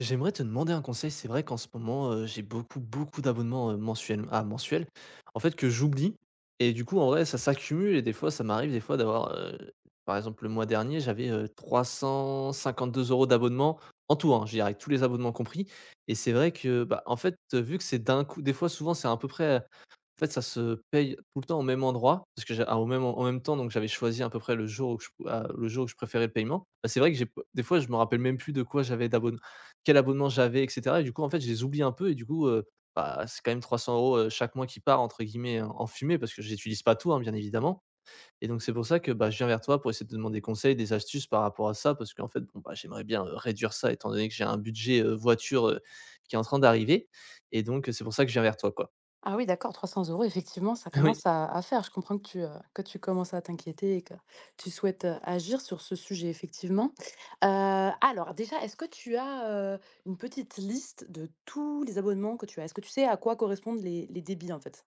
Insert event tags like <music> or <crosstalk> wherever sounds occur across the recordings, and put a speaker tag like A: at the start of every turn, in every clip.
A: J'aimerais te demander un conseil. C'est vrai qu'en ce moment, j'ai beaucoup, beaucoup d'abonnements, mensuels, en fait, que j'oublie. Et du coup, en vrai, ça s'accumule, et des fois, ça m'arrive des fois d'avoir, par exemple, le mois dernier, j'avais, 352 euros d'abonnement en tout, hein, je veux avec tous les abonnements compris. Et c'est vrai que, bah, en fait, vu que c'est d'un coup, des fois, souvent, c'est à peu près, en fait, ça se paye tout le temps au même endroit parce que j'ai ah, au même en même temps, donc j'avais choisi à peu près le jour où le jour où je préférais le paiement. Bah, c'est vrai que j'ai p des fois, je me rappelle même plus de quoi j'avais d'abonn quel abonnement j'avais, et cetera. Et du coup, en fait, je les oublie un peu, et du coup, bah, c'est quand même 300 euros chaque mois qui part entre guillemets en fumée parce que j'utilise pas tout, hein, bien évidemment. Et donc c'est pour ça que, bah, je viens vers toi pour essayer de te demander conseil, des astuces par rapport à ça, parce qu'en fait, bon, bah, j'aimerais bien, réduire ça étant donné que j'ai un budget, voiture, qui est en train d'arriver. Et donc c'est pour ça que je viens vers toi, quoi.
B: Ah oui, d'accord, 300 euros, effectivement, ça
A: <laughs> Oui.
B: commence à faire. Je comprends que que tu commences à t'inquiéter et que tu souhaites, agir sur ce sujet, effectivement. Alors déjà, est-ce que tu as, une petite liste de tous les abonnements que tu as? Est-ce que tu sais à quoi correspondent les débits, en fait?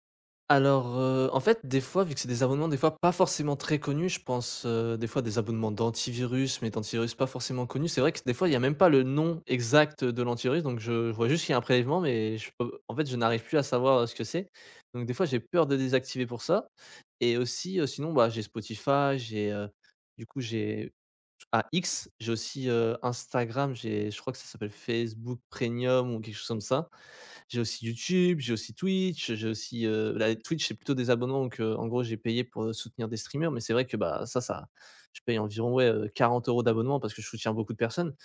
A: Alors, en fait, des fois, vu que c'est des abonnements, des fois, pas forcément très connus, je pense, des fois, des abonnements d'antivirus, mais d'antivirus pas forcément connus. C'est vrai que des fois, il y a même pas le nom exact de l'antivirus, donc je vois juste qu'il y a un prélèvement, mais je peux en fait, je n'arrive plus à savoir, ce que c'est. Donc des fois, j'ai peur de désactiver pour ça. Et aussi, sinon, bah, j'ai Spotify, j'ai, du coup, j'ai X, j'ai aussi, Instagram, j'ai je crois que ça s'appelle Facebook Premium ou quelque chose comme ça. J'ai aussi YouTube, j'ai aussi Twitch, j'ai aussi, là Twitch, c'est plutôt des abonnements donc, en gros j'ai payé pour, soutenir des streamers, mais c'est vrai que, bah, ça ça je paye environ, ouais, 40 euros d'abonnement parce que je soutiens beaucoup de personnes.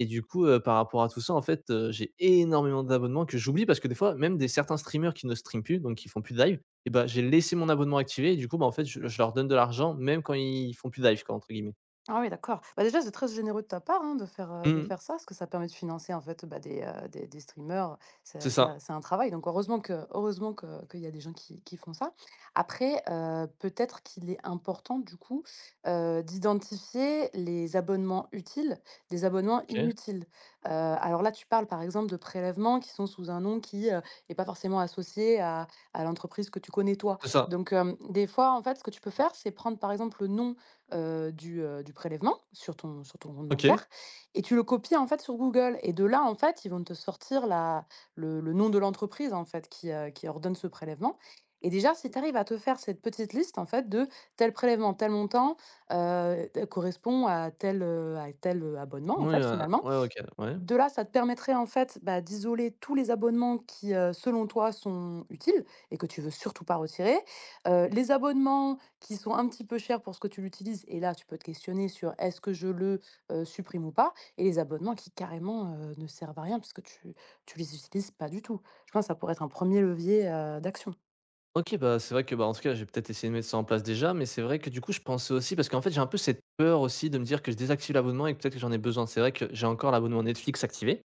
A: Et du coup, par rapport à tout ça, en fait, j'ai énormément d'abonnements que j'oublie parce que des fois même des certains streamers qui ne streament plus, donc qui font plus de live, et bah, j'ai laissé mon abonnement activé, et du coup, bah, en fait, je leur donne de l'argent même quand ils font plus de live, quoi, entre guillemets.
B: Ah oui, d'accord. Bah, déjà, c'est très généreux de ta part, hein, de
A: Mmh.
B: faire ça, parce que ça permet de financer, en fait, bah, des streamers.
A: C'est
B: C'est c'est
A: ça.
B: un c'est un travail, donc heureusement que qu'il y a des gens qui font ça. Après, peut-être qu'il est important, du coup, d'identifier les abonnements utiles, des abonnements
A: OK,
B: inutiles. Alors là, tu parles, par exemple, de prélèvements qui sont sous un nom qui, est pas forcément associé à l'entreprise que tu connais toi.
A: c'est ça.
B: Donc, des fois, en fait, ce que tu peux faire, c'est prendre, par exemple, le nom du prélèvement sur ton compte
A: OK.
B: bancaire et tu le copies, en fait, sur Google. Et de là, en fait, ils vont te sortir la le nom de l'entreprise, en fait, qui ordonne ce prélèvement. Et déjà, si tu arrives à te faire cette petite liste, en fait, de tel prélèvement, tel montant, correspond à tel, abonnement, en
A: Oui,
B: fait, finalement
A: ouais, OK, ouais.
B: de là, ça te permettrait, en fait, bah, d'isoler tous les abonnements qui, selon toi sont utiles et que tu veux surtout pas retirer. Les abonnements qui sont un petit peu chers pour ce que tu l'utilises, et là, tu peux te questionner sur: «Est-ce que je le, supprime ou pas?» Et les abonnements qui carrément, ne servent à rien puisque tu les utilises pas du tout. Je pense que ça pourrait être un premier levier, d'action.
A: OK, bah, c'est vrai que, bah, en tout cas, j'ai peut-être essayé de mettre ça en place déjà, mais c'est vrai que du coup, je pensais aussi parce qu'en fait, j'ai un peu cette peur aussi de me dire que je désactive l'abonnement et que peut-être que j'en ai besoin. C'est vrai que j'ai encore l'abonnement Netflix activé.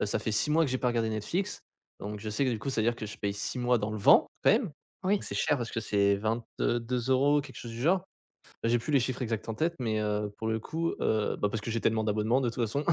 A: Ça fait 6 mois que j'ai pas regardé Netflix, donc je sais que du coup, ça veut dire que je paye 6 mois dans le vent quand même.
B: Oui.
A: C'est cher parce que c'est 22 euros quelque chose du genre. J'ai plus les chiffres exacts en tête, mais pour le coup, bah, parce que j'ai tellement d'abonnements de toute façon.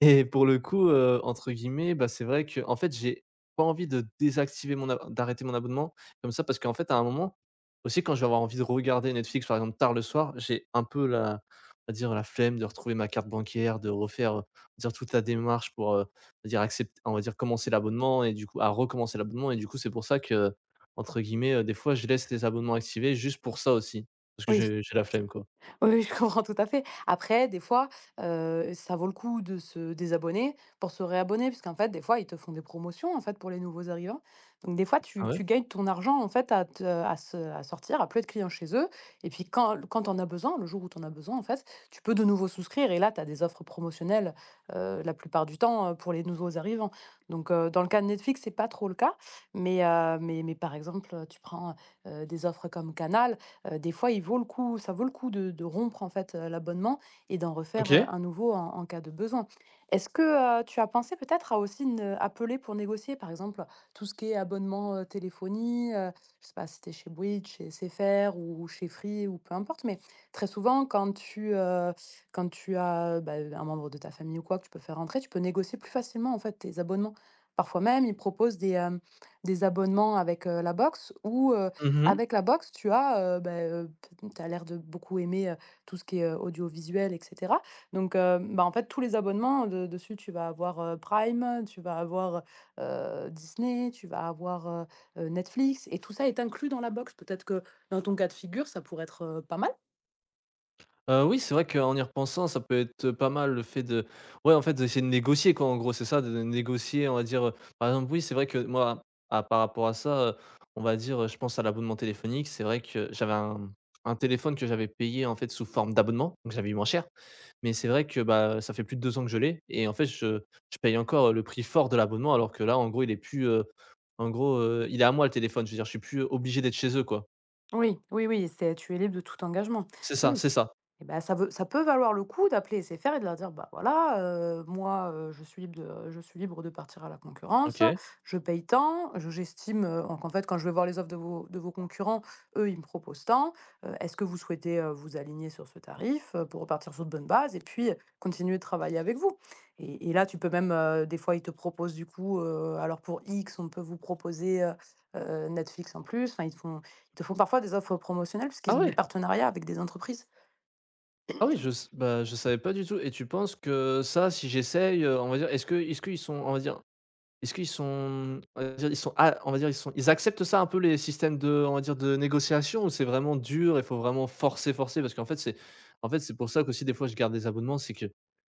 A: Et pour le coup, entre guillemets, bah, c'est vrai que en fait, j'ai pas envie de désactiver mon ab d'arrêter mon abonnement comme ça parce qu'en fait, à un moment, aussi quand je vais avoir envie de regarder Netflix, par exemple, tard le soir, j'ai un peu la, on va dire, la flemme de retrouver ma carte bancaire, dire toute la démarche pour, on va dire commencer l'abonnement, et du coup à recommencer l'abonnement, et du coup, c'est pour ça qu'entre guillemets, des fois, je laisse les abonnements activés juste pour ça aussi, parce que j'ai la flemme, quoi.
B: Oui, oui, je comprends tout à fait. Après, des fois, ça vaut le coup de se désabonner pour se réabonner, puisqu'en fait, des fois, ils te font des promotions, en fait, pour les nouveaux arrivants. Donc des fois,
A: Ah
B: tu
A: ouais?
B: tu gagnes ton argent, en fait, à sortir, à plus être client chez eux, et puis quand on a besoin, le jour où tu en as besoin, en fait, tu peux de nouveau souscrire, et là, tu as des offres promotionnelles, la plupart du temps, pour les nouveaux arrivants. Donc, dans le cas de Netflix, c'est pas trop le cas, mais par exemple, tu prends, des offres comme Canal. Des fois, il vaut le coup ça vaut le coup de rompre, en fait, l'abonnement et d'en refaire,
A: OK.
B: un nouveau en cas de besoin. Est-ce que, tu as pensé peut-être à aussi ne appeler pour négocier, par exemple, tout ce qui est abonnement, téléphonie, je sais pas si tu chez Bouygues, chez SFR ou chez Free ou peu importe, mais très souvent quand tu as, bah, un membre de ta famille ou quoi que tu peux faire rentrer, tu peux négocier plus facilement, en fait, tes abonnements. Parfois même, ils proposent des abonnements avec, la box où,
A: Mmh mh.
B: avec la boxe, tu as, bah, p tu l'air de beaucoup aimer, tout ce qui est, audiovisuel et cetera. Donc, bah, en fait, tous les abonnements de dessus, tu vas avoir, Prime, tu vas avoir, heu Disney, tu vas avoir, Netflix, et tout ça est inclus dans la box. Peut-être que dans ton cas de figure, ça pourrait être, pas mal?
A: Oui, c'est vrai qu'en y repensant, ça peut être pas mal le fait de, ouais, en fait, d'essayer de négocier, quoi, en gros, c'est ça, de négocier, on va dire, par exemple, oui, c'est vrai que moi, à par rapport à ça, on va dire, je pense à l'abonnement téléphonique, c'est vrai que j'avais un téléphone que j'avais payé, en fait, sous forme d'abonnement, donc j'avais eu moins cher. Mais c'est vrai que, bah, ça fait plus de 2 ans que je l'ai, et en fait, je paye encore, le prix fort de l'abonnement, alors que là, en gros, il est plus, en gros, il est à moi le téléphone, je veux dire, je suis plus obligé d'être chez eux, quoi.
B: Oui, oui, oui, c'est tu es libre de tout engagement.
A: C'est ça,
B: Oui.
A: c'est ça.
B: Et ben ça peut valoir le coup d'appeler SFR et de leur dire: «Bah, voilà, moi, je suis libre de partir à la concurrence,
A: OK.
B: je paye tant, je j'estime, en qu'en fait, quand je vais voir les offres de vos concurrents, eux, ils me proposent tant. Est-ce que vous souhaitez, vous aligner sur ce tarif, pour repartir sur de bonnes bases et puis, continuer de travailler avec vous?» Et là, tu peux même, des fois, ils te proposent du coup, alors pour X, on peut vous proposer, Netflix en plus. Enfin, ils te font parfois des offres promotionnelles
A: Ah
B: puisqu'ils ont des
A: ouais!
B: partenariats avec des entreprises.
A: Ah oui, je s bah, je savais pas du tout. Et tu penses que ça, si j'essaye, on va dire, est-ce qu'ils sont, on va dire, ils acceptent ça un peu, les systèmes de, on va dire, de négociation, ou c'est vraiment dur et faut vraiment forcer, forcer? Parce qu'en fait, c'est en fait, c'est pour ça qu'aussi des fois je garde des abonnements, c'est que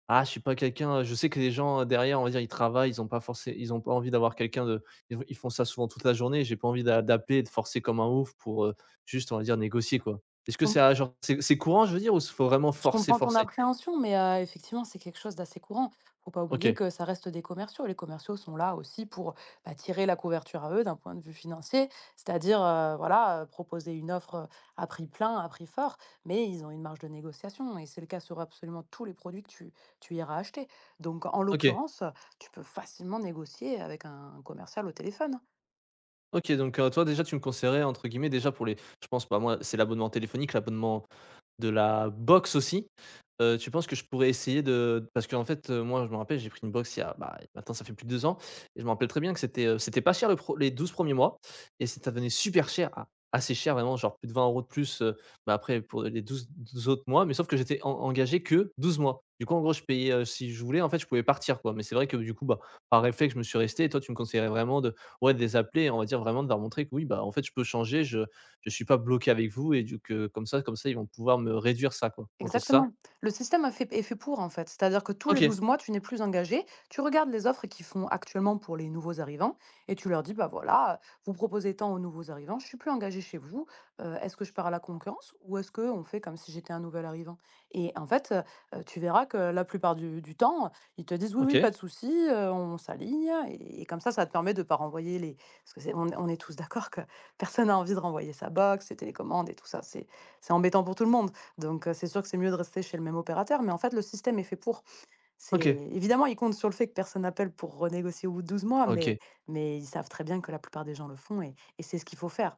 A: je suis pas quelqu'un, je sais que les gens, derrière, on va dire, ils travaillent, ils ont pas envie d'avoir quelqu'un de... Ils font ça souvent toute la journée, j'ai pas envie d'appeler et de forcer comme un ouf pour, juste, on va dire, négocier, quoi. Est-ce que ça, genre, c'est courant, je veux dire, ou s faut vraiment
B: Je
A: forcer,
B: comprends ton
A: forcer?
B: appréhension, mais effectivement, c'est quelque chose d'assez courant. Faut pas oublier
A: OK,
B: que ça reste des commerciaux. Les commerciaux sont là aussi pour, bah, tirer la couverture à eux d'un point de vue financier, c'est-à-dire, voilà, proposer une offre, à prix plein, à prix fort, mais ils ont une marge de négociation et c'est le cas sur absolument tous les produits que tu iras acheter. Donc en
A: OK,
B: l'occurrence, tu peux facilement négocier avec un commercial au téléphone.
A: OK, donc, toi, déjà, tu me conseillerais, entre guillemets, déjà, pour les... je pense, pas. Moi, c'est l'abonnement téléphonique, l'abonnement de la boxe aussi? Tu penses que je pourrais essayer de parce qu'en fait, moi, je me rappelle, j'ai pris une boxe il y a, bah, maintenant ça fait plus de 2 ans, et je me rappelle très bien que c'était pas cher le pre les 12 premiers mois, et c'est ça venait super cher, a assez cher vraiment, genre plus de 20 euros de plus, bah, après pour les douze 12 autres mois, mais sauf que j'étais en engagé que 12 mois. Du coup, en gros, je payais, si je voulais, en fait, je pouvais partir, quoi, mais c'est vrai que du coup, bah, par réflexe, je me suis resté. Et toi, tu me conseillerais vraiment de, ouais, de les appeler, on va dire vraiment, de leur montrer que oui, bah, en fait, je peux changer, je suis pas bloqué avec vous, et du que comme ça, ils vont pouvoir me réduire ça, quoi. En gros, c'est ça?
B: Exactement. Le système a fait est fait pour, en fait. C'est-à-dire que tous les
A: OK,
B: 12 mois, tu n'es plus engagé. Tu regardes les offres qu'ils font actuellement pour les nouveaux arrivants et tu leur dis, bah voilà, vous proposez tant aux nouveaux arrivants, je suis plus engagé chez vous. Est-ce que je pars à la concurrence ou est-ce qu'on fait comme si j'étais un nouvel arrivant? Et en fait, tu verras que la plupart du temps, ils te disent, oui, oui, pas
A: OK,
B: de souci, on s'aligne. Et comme ça te permet de ne pas renvoyer les. Parce que on est tous d'accord que personne n'a envie de renvoyer sa box, ses télécommandes et tout ça. C'est embêtant pour tout le monde. Donc, c'est sûr que c'est mieux de rester chez le même opérateur, mais en fait, le système est fait pour. C'est
A: OK,
B: évidemment, ils comptent sur le fait que personne n'appelle pour renégocier au bout de 12 mois, mais
A: OK,
B: mais ils savent très bien que la plupart des gens le font et c'est ce qu'il faut faire.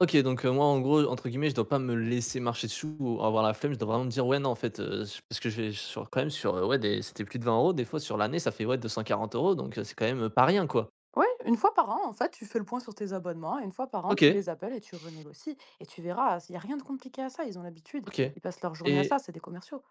A: OK, donc moi, en gros, entre guillemets, je dois pas me laisser marcher dessus ou avoir la flemme. Je dois vraiment me dire: «Ouais, non, en fait», s parce que je vais sur quand même sur, ouais, des c'était plus de 20 euros des fois, sur l'année, ça fait, ouais, 240 euros. Donc c'est quand même, pas rien, quoi.
B: Oui, une fois par an, en fait, tu fais le point sur tes abonnements et une fois par an, tu
A: OK,
B: les appelles et tu renégocies et tu verras, il y a rien de compliqué à ça, ils ont l'habitude.
A: OK,
B: Ils passent leur journée à
A: et
B: ça, c'est des commerciaux.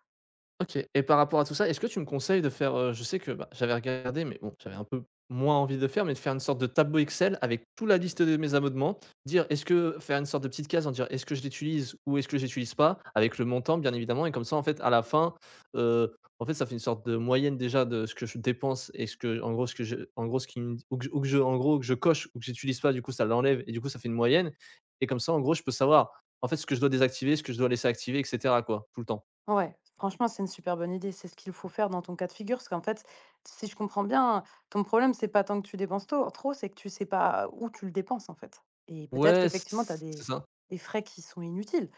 A: OK, et par rapport à tout ça, est-ce que tu me conseilles de faire, je sais que, bah, j'avais regardé mais bon, j'avais un peu moins envie de faire, mais de faire une sorte de tableau Excel avec toute la liste de mes abonnements, dire... est-ce que faire une sorte de petite case en dire: «Est-ce que je l'utilise ou est-ce que je l'utilise pas?» avec le montant bien évidemment, et comme ça en fait à la fin, en fait ça fait une sorte de moyenne déjà de ce que je dépense, et ce que en gros ce que je en gros ce qui me, ou ou que je en gros que je coche ou que j'utilise pas, du coup ça l'enlève, et du coup ça fait une moyenne, et comme ça en gros je peux savoir en fait ce que je dois désactiver, ce que je dois laisser activer, et cetera, quoi, tout le temps.
B: Ouais, franchement, c'est une super bonne idée. C'est ce qu'il faut faire dans ton cas de figure. Parce qu'en fait, si je comprends bien, ton problème, c'est pas tant que tu dépenses trop, c'est que tu sais pas où tu le dépenses, en fait. Et peut-être
A: Ouais,
B: qu'effectivement, tu as
A: c'est
B: des,
A: ça.
B: des frais qui sont inutiles.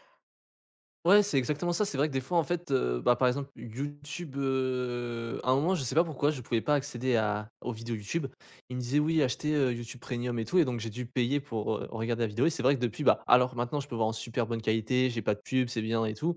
A: Ouais, c'est exactement ça. C'est vrai que des fois, en fait, bah, par exemple, YouTube, à un moment, je sais pas pourquoi, je pouvais pas accéder à aux vidéos YouTube. Il me disait: «Oui, achetez, YouTube Premium et tout», et donc j'ai dû payer pour, regarder la vidéo, et c'est vrai que depuis, bah, alors maintenant, je peux voir en super bonne qualité, j'ai pas de pub, c'est bien et tout,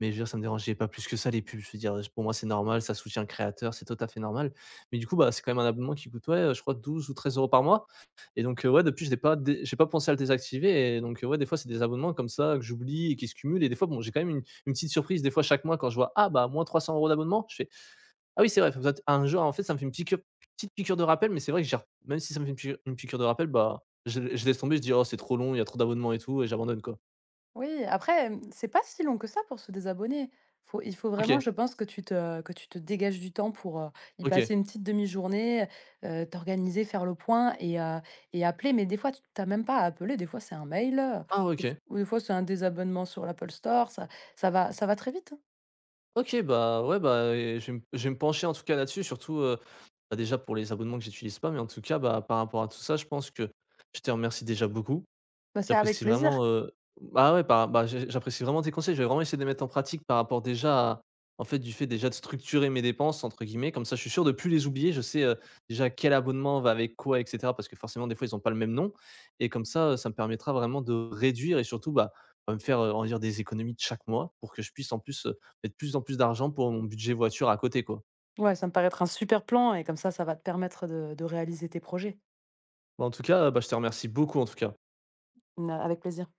A: mais je veux dire, ça me dérangeait pas plus que ça, les pubs. Je veux dire, pour moi, c'est normal, ça soutient le créateur, c'est tout à fait normal, mais du coup, bah, c'est quand même un abonnement qui coûte, ouais, je crois 12 ou 13 euros par mois. Et donc, ouais, depuis, je n'ai pas dé j'ai pas pensé à le désactiver, et donc, ouais, des fois, c'est des abonnements comme ça que j'oublie et qui se cumulent, et des fois, bon, j'ai quand même une petite surprise, des fois, chaque mois quand je vois: «Ah bah, moins 300 euros d'abonnement», je fais: «Ah oui, c'est vrai, faut peut-être» un jour, en fait, ça me fait une piqûre petite piqûre de rappel, mais c'est vrai que j'ai même si ça me fait une piqûre de rappel, bah, je laisse tomber, je dis: «Oh, c'est trop long, il y a trop d'abonnements et tout», et j'abandonne, quoi.
B: Oui, après, c'est pas si long que ça pour se désabonner. Faut il faut vraiment,
A: OK,
B: je pense, que tu te dégages du temps pour, y
A: OK.
B: passer une petite demi-journée, t'organiser, faire le point et appeler. Mais des fois, tu même pas à appeler, des fois, c'est un mail,
A: Ah
B: des f
A: OK.
B: ou des fois, c'est un désabonnement sur l'Apple Store, ça va très vite, hein.
A: OK, bah, ouais, bah, et je vais me pencher, en tout cas, là-dessus, surtout, bah, déjà pour les abonnements que j'utilise pas, mais en tout cas, bah, par rapport à tout ça, je pense que je te remercie déjà beaucoup.
B: Bah, c'est avec
A: J'apprécie
B: plaisir.
A: vraiment, bah, ouais, par bah, j'apprécie vraiment tes conseils. Je vais vraiment essayer de les mettre en pratique par rapport déjà à, en fait, du fait déjà de «structurer mes dépenses» entre guillemets. Comme ça, je suis sûr de plus les oublier. Je sais, déjà quel abonnement va avec quoi, et cetera, parce que forcément, des fois, ils n'ont pas le même nom, et comme ça, ça me permettra vraiment de réduire, et surtout, bah, bah, me faire, on dire des économies de chaque mois pour que je puisse en plus, mettre plus en plus d'argent pour mon budget voiture à côté, quoi.
B: Ouais, ça me paraît être un super plan et comme ça va te permettre de réaliser tes projets.
A: Bah, en tout cas, bah, je te remercie beaucoup, en tout cas.
B: N avec plaisir.